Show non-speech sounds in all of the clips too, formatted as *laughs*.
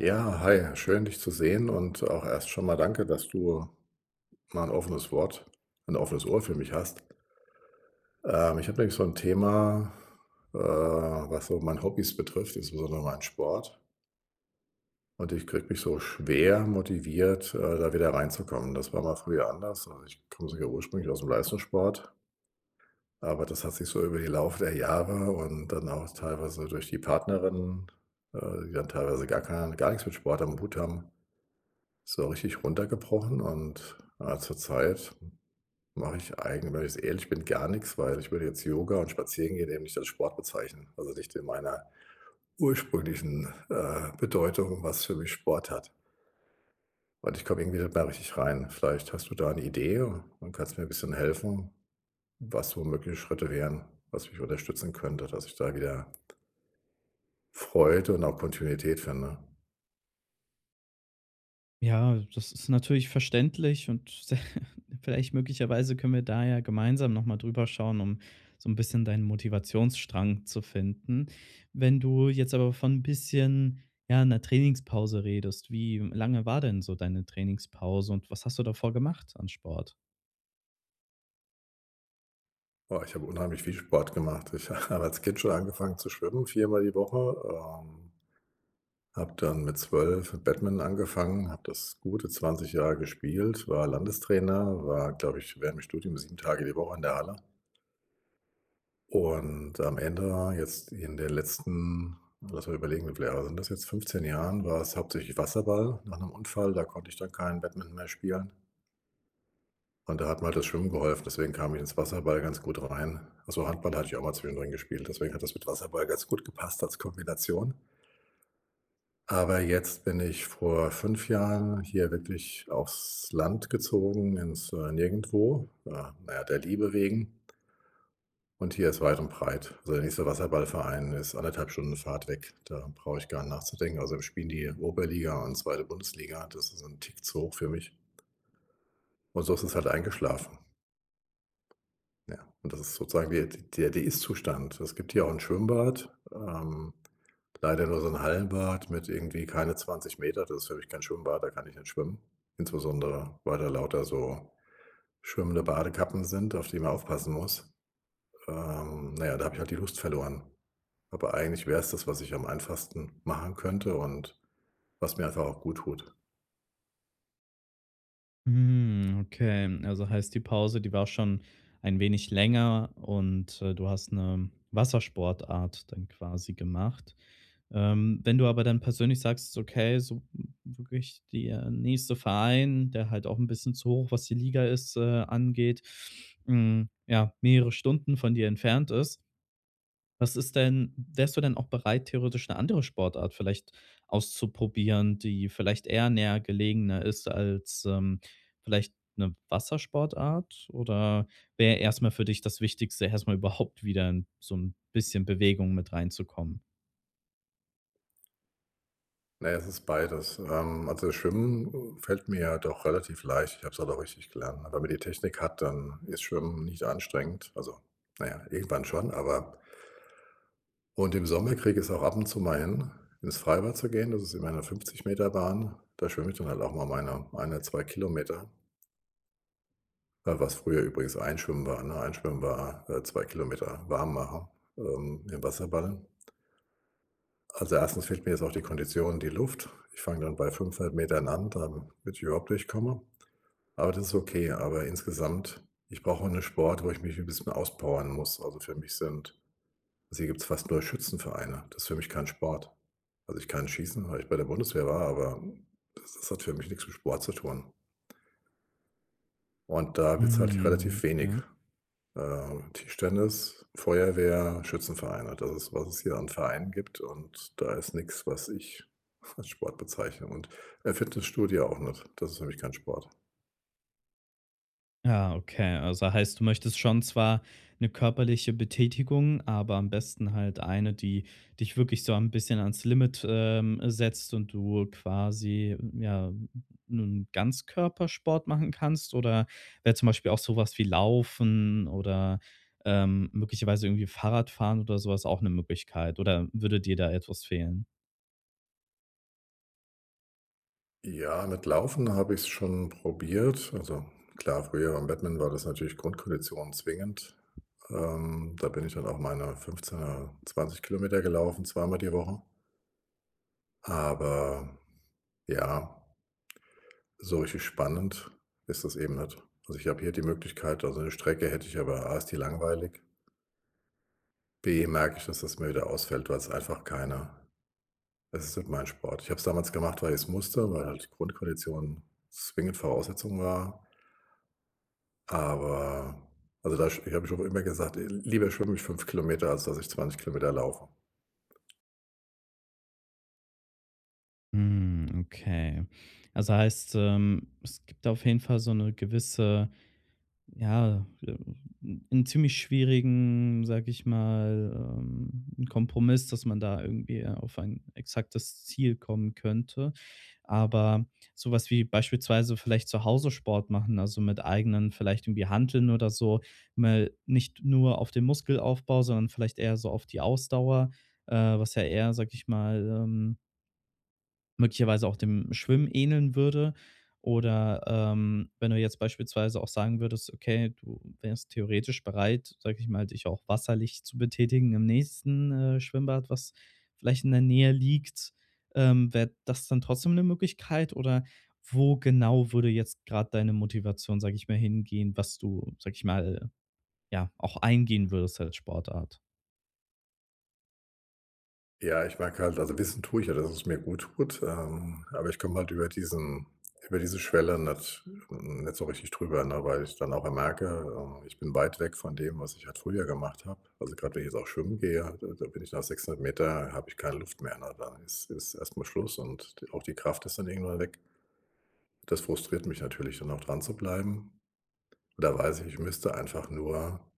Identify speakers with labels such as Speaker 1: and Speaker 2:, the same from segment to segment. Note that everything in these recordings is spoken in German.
Speaker 1: Ja, hi, schön dich zu sehen und auch erst schon mal danke, dass du mal ein offenes Wort ein offenes Ohr für mich hast. Ich habe nämlich so ein Thema, was so meine Hobbys betrifft, insbesondere meinen Sport. Und ich kriege mich so schwer motiviert, da wieder reinzukommen. Das war mal früher anders. Also, ich komme sogar ursprünglich aus dem Leistungssport, aber das hat sich so über die Lauf der Jahre und dann auch teilweise durch die Partnerin, die dann teilweise gar nichts mit Sport am Hut haben. So richtig runtergebrochen und, zurzeit mache ich eigentlich, wenn ich es ehrlich bin, gar nichts, weil ich würde jetzt Yoga und Spazierengehen eben nicht als Sport bezeichnen, also nicht in meiner ursprünglichen, Bedeutung, was für mich Sport hat. Und ich komme irgendwie nicht mehr richtig rein. Vielleicht hast du da eine Idee und kannst mir ein bisschen helfen, was so mögliche Schritte wären, was mich unterstützen könnte, dass ich da wieder Freude und auch Kontinuität finde.
Speaker 2: Ja, das ist natürlich verständlich und sehr *laughs* vielleicht möglicherweise können wir da ja gemeinsam noch mal drüber schauen, um so ein bisschen deinen Motivationsstrang zu finden. Wenn du jetzt aber von ein bisschen, ja, einer Trainingspause redest, wie lange war denn so deine Trainingspause und was hast du davor gemacht an Sport?
Speaker 1: Boah, ich habe unheimlich viel Sport gemacht. Ich *laughs* habe als Kind schon angefangen zu schwimmen, viermal die Woche. ähm Habe dann mit 12 Badminton angefangen, habe das gute 20 Jahre gespielt, war Landestrainer, war, glaube ich, während dem Studium 7 Tage die Woche in der Halle. Und am Ende, jetzt in den letzten, lass mal überlegen, wie viele Jahre sind das jetzt? 15 Jahren war es hauptsächlich Wasserball nach einem Unfall. Da konnte ich dann kein Badminton mehr spielen. Und da hat mir halt das Schwimmen geholfen, deswegen kam ich ins Wasserball ganz gut rein. Also, Handball hatte ich auch mal zwischendrin gespielt, deswegen hat das mit Wasserball ganz gut gepasst als Kombination. Aber jetzt bin ich vor 5 Jahren hier wirklich aufs Land gezogen, ins, Nirgendwo, naja, der Liebe wegen. Und hier ist weit und breit. Also, der nächste Wasserballverein ist 1,5 Stunden Fahrt weg. Da brauche ich gar nicht nachzudenken. Außerdem spielen die Oberliga und zweite Bundesliga. Das ist ein Tick zu hoch für mich. Und so ist es halt eingeschlafen. Ja, und das ist sozusagen der der der D Ist-Zustand. Es gibt hier auch ein Schwimmbad, leider nur so ein Hallenbad mit irgendwie keine 20 Meter. Das ist für mich kein Schwimmbad, da kann ich nicht schwimmen. Insbesondere, weil da lauter so schwimmende Badekappen sind, auf die man aufpassen muss. Da habe ich halt die Lust verloren. Aber eigentlich wäre es das, was ich am einfachsten machen könnte und was mir einfach auch gut tut.
Speaker 2: Hm, okay. Also heißt, die Pause, die war schon ein wenig länger und, du hast eine Wassersportart dann quasi gemacht. Wenn du aber dann persönlich sagst, okay, so wirklich der nächste Verein, der halt auch ein bisschen zu hoch, was die Liga ist, angeht, hm, ja, mehrere Stunden von dir entfernt ist. Was ist denn wärst du denn auch bereit, theoretisch eine andere Sportart vielleicht auszuprobieren, die vielleicht eher näher gelegener ist als, vielleicht eine Wassersportart? Oder wäre erstmal für dich das Wichtigste, erstmal überhaupt wieder in so ein bisschen Bewegung mit reinzukommen?
Speaker 1: Na ja, es ist beides. Also, Schwimmen fällt mir ja doch relativ leicht. Ich habe es halt auch richtig gelernt. Wenn man die Technik hat, dann ist Schwimmen nicht anstrengend. Also, na ja, irgendwann schon, aber und im Sommer kriege ich es auch ab und zu mal hin, ins Freibad zu gehen. Das ist immer eine 50 Meter Bahn. Da schwimme ich dann halt auch mal meine 1, 2 Kilometer, was früher übrigens Einschwimmen war, ne? Einschwimmen war, 2 km warm machen, im Wasserball. Also, erstens fehlt mir jetzt auch die Kondition, die Luft. Ich fange dann bei 500 Metern an, damit ich überhaupt durchkomme. Aber das ist okay. Aber insgesamt, ich brauche einen Sport, wo ich mich ein bisschen auspowern muss. Also, für mich sind, also, hier gibt's fast nur Schützenvereine. Das ist für mich kein Sport. Also, ich kann schießen, weil ich bei der Bundeswehr war, aber das hat für mich nichts mit Sport zu tun. Und da wird's halt
Speaker 2: Mhm,
Speaker 1: relativ wenig.
Speaker 2: okay.
Speaker 1: Tischtennis, Feuerwehr, Schützenvereine, das ist, was es hier an Vereinen gibt, und da ist nichts, was ich *laughs* als Sport bezeichne, und, Fitnessstudio auch nicht. Das ist für mich kein Sport.
Speaker 2: Ja, okay. Also heißt, du möchtest schon zwar eine körperliche Betätigung, aber am besten halt eine, die dich wirklich so ein bisschen ans Limit, setzt und du quasi, ja, 'nen Ganzkörpersport machen kannst? Oder wäre zum Beispiel auch sowas wie Laufen oder, möglicherweise irgendwie Fahrradfahren oder sowas auch eine Möglichkeit? Oder würde dir da etwas fehlen?
Speaker 1: Ja, mit Laufen habe ich's schon probiert. Also, klar, früher beim Badminton war das natürlich Grundkondition zwingend. Da bin ich dann auch meine 15 oder 20 Kilometer gelaufen, zweimal die Woche. Aber ja, so richtig spannend ist das eben nicht. Also, ich habe hier die Möglichkeit, also, eine Strecke hätte ich, aber A ist die langweilig, B merke ich, dass das mir wieder ausfällt, weil es einfach keiner. Es ist nicht mein Sport. Ich habe es damals gemacht, weil ich es musste, weil halt die Grundkondition zwingend Voraussetzung war. Aber also, da sch ich habe schon immer gesagt, lieber schwimme ich 5 Kilometer, als dass ich 20 Kilometer laufe.
Speaker 2: Hm, okay. Also heißt, es gibt auf jeden Fall so eine gewisse Ja, äh, ziemlich schwierigen, sage ich mal, einen Kompromiss, dass man da irgendwie auf ein exaktes Ziel kommen könnte. Aber sowas wie beispielsweise vielleicht zu Hause Sport machen, also mit eigenen vielleicht irgendwie Hanteln oder so, mal nicht nur auf den Muskelaufbau, sondern vielleicht eher so auf die Ausdauer, was ja eher, sage ich mal, möglicherweise auch dem Schwimmen ähneln würde. Oder, wenn du jetzt beispielsweise auch sagen würdest, okay, du wärst theoretisch bereit, sage ich mal, dich auch wasserlich zu betätigen im nächsten, Schwimmbad, was vielleicht in der Nähe liegt. Wäre das dann trotzdem eine Möglichkeit oder wo genau würde jetzt gerade deine Motivation, sage ich mal, hingehen, was du, sage ich mal, ja, auch eingehen würdest als Sportart?
Speaker 1: Ja, ich merke halt, also wissen tue ich ja, dass es mir gut tut, aber ich komme halt über diesen über diese Schwelle nicht, hm, nicht so richtig drüber, ne, weil ich dann auch merke, ich bin weit weg von dem, was ich halt früher gemacht habe. Also, gerade wenn ich jetzt auch schwimmen gehe, da bin ich nach 600 m, habe ich keine Luft mehr, ne? Dann ist erstmal Schluss und auch die Kraft ist dann irgendwann weg. Das frustriert mich natürlich, dann auch dran zu bleiben. Da weiß ich, ich müsste einfach nur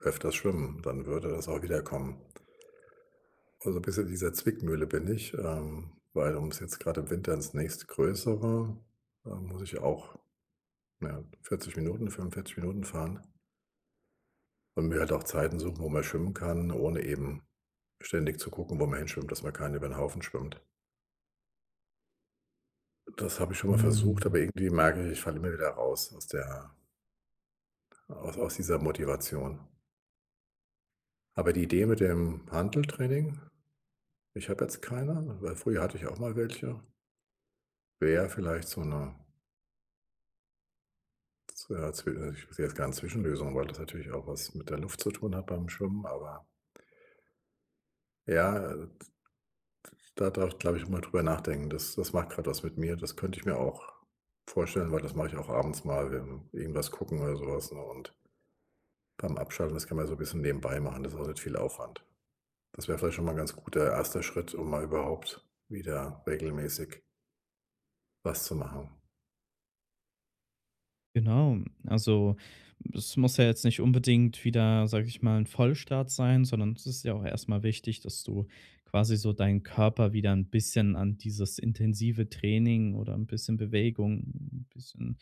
Speaker 1: öfters schwimmen, dann würde das auch wiederkommen. Also, ein bisschen in dieser Zwickmühle bin ich, weil um es jetzt gerade im Winter ins nächstgrößere muss ich auch, ja, 40 Minuten, 45 Minuten fahren und mir halt auch Zeiten suchen, wo man schwimmen kann, ohne eben ständig zu gucken, wo man hinschwimmt, dass man keinen über den Haufen schwimmt. Das habe ich schon mal versucht, aber irgendwie merke ich, ich falle immer wieder raus aus der aus dieser Motivation. Aber die Idee mit dem Hanteltraining, ich habe jetzt keine, weil früher hatte ich auch mal welche, wäre vielleicht so eine Z zw ich sehe jetzt gar 'ne Zwischenlösung, weil das natürlich auch was mit der Luft zu tun hat beim Schwimmen, aber ja, da darf ich, glaube ich, mal drüber nachdenken. Das macht gerade was mit mir. Das könnte ich mir auch vorstellen, weil das mache ich auch abends mal, wenn irgendwas gucken oder sowas, ne, und beim Abschalten, das kann man so ein bisschen nebenbei machen, das ist auch nicht viel Aufwand. Das wäre vielleicht schon mal 'n ganz guter erster Schritt, um mal überhaupt wieder regelmäßig was zu machen.
Speaker 2: Genau, also es muss ja jetzt nicht unbedingt wieder, sage ich mal, ein Vollstart sein, sondern es ist ja auch erstmal wichtig, dass du quasi so deinen Körper wieder ein bisschen an dieses intensive Training oder ein bisschen Bewegung, ein bisschen,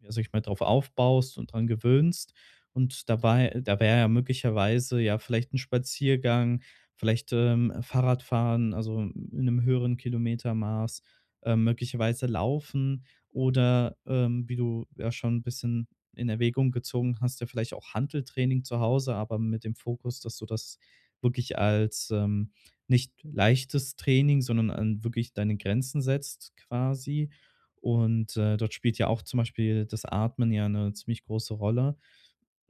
Speaker 2: ja, sage ich mal, drauf aufbaust und dran gewöhnst. Und dabei da wäre ja möglicherweise ja vielleicht ein Spaziergang, vielleicht, Fahrradfahren, also in einem höheren Kilometermaß, möglicherweise Laufen. Oder, wie du ja schon ein bisschen in Erwägung gezogen hast, ja vielleicht auch Hanteltraining zu Hause, aber mit dem Fokus, dass du das wirklich als, nicht leichtes Training, sondern an wirklich deine Grenzen setzt quasi. Und, dort spielt ja auch zum Beispiel das Atmen ja eine ziemlich große Rolle.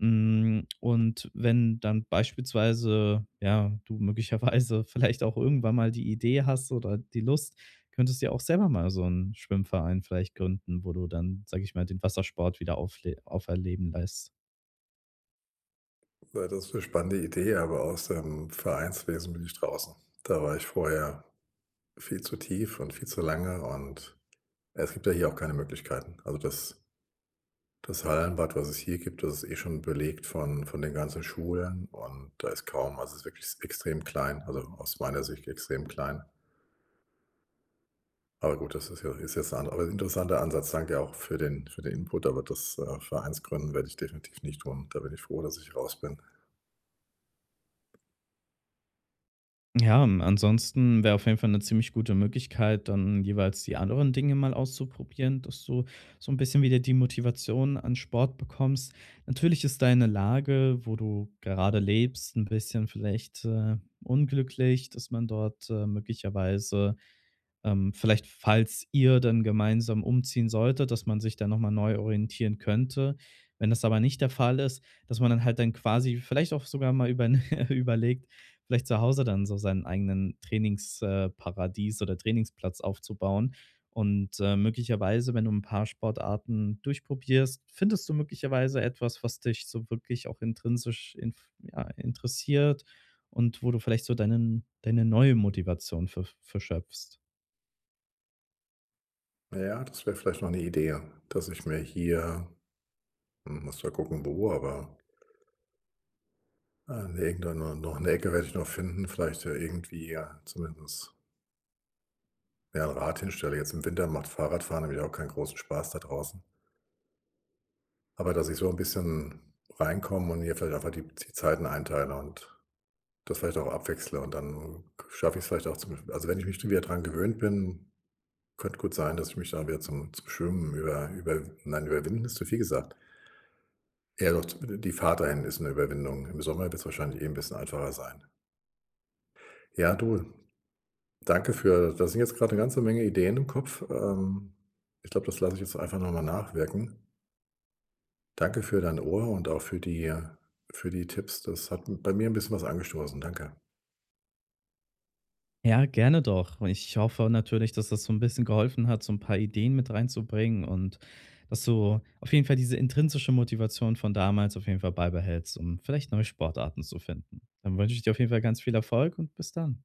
Speaker 2: Hm, und wenn dann beispielsweise, ja, du möglicherweise *laughs* vielleicht auch irgendwann mal die Idee hast oder die Lust, könntest du ja auch selber mal so 'n Schwimmverein vielleicht gründen, wo du dann, sage ich mal, den Wassersport wieder aufle auferleben lässt.
Speaker 1: Das ist eine spannende Idee, aber aus dem Vereinswesen bin ich draußen. Da war ich vorher viel zu tief und viel zu lange, und es gibt ja hier auch keine Möglichkeiten. Also, das Hallenbad, was es hier gibt, das ist eh schon belegt von den ganzen Schulen, und da ist kaum, also, es ist wirklich extrem klein, also, aus meiner Sicht extrem klein. Aber gut, das ist ja ist jetzt ein ander aber interessanter Ansatz. Danke auch für den Input, aber das, vereinsgründen werde ich definitiv nicht tun. Da bin ich froh, dass ich raus bin.
Speaker 2: Ja, ansonsten wäre auf jeden Fall eine ziemlich gute Möglichkeit, dann jeweils die anderen Dinge mal auszuprobieren, dass du so ein bisschen wieder die Motivation an Sport bekommst. Natürlich ist deine Lage, wo du gerade lebst, ein bisschen vielleicht, unglücklich, dass man dort, möglicherweise vielleicht, falls ihr dann gemeinsam umziehen solltet, dass man sich dann noch mal neu orientieren könnte. Wenn das aber nicht der Fall ist, dass man dann halt dann quasi vielleicht auch sogar mal über *laughs* überlegt, vielleicht zu Hause dann so seinen eigenen Trainingsparadies Paradies oder Trainingsplatz aufzubauen. Und, möglicherweise, wenn du ein paar Sportarten durchprobierst, findest du möglicherweise etwas, was dich so wirklich auch intrinsisch inf ja, interessiert und wo du vielleicht so deine neue Motivation für schöpfst.
Speaker 1: Ja, das wäre vielleicht noch eine Idee, dass ich mir hier, hm, muss mal gucken wo, aber ah, ne, irgendeine noch eine Ecke werde ich noch finden, vielleicht, irgendwie, ja, zumindest, ja, ein Rad hinstelle. Jetzt im Winter macht Fahrradfahren nämlich auch keinen großen Spaß da draußen. Aber dass ich so ein bisschen reinkomme und hier vielleicht einfach die Zeiten einteile und das vielleicht auch abwechsle, und dann schaffe ich es vielleicht auch zum, also, wenn ich mich wieder dran gewöhnt bin, könnte gut sein, dass ich mich dann wieder zum Schwimmen über über nein, überwinden ist zu viel gesagt. Eher doch die Fahrt dahin ist eine Überwindung. Im Sommer wird es wahrscheinlich eh ein bisschen einfacher sein. Ja, du, danke für, da sind jetzt gerade eine ganze Menge Ideen im Kopf. Ich glaube, das lasse ich jetzt einfach noch mal nachwirken. Danke für dein Ohr und auch für die Tipps. Das hat bei mir ein bisschen was angestoßen. Danke.
Speaker 2: Ja, gerne doch. Und ich hoffe natürlich, dass das so ein bisschen geholfen hat, so ein paar Ideen mit reinzubringen und dass du auf jeden Fall diese intrinsische Motivation von damals auf jeden Fall beibehältst, um vielleicht neue Sportarten zu finden. Dann wünsche ich dir auf jeden Fall ganz viel Erfolg und bis dann.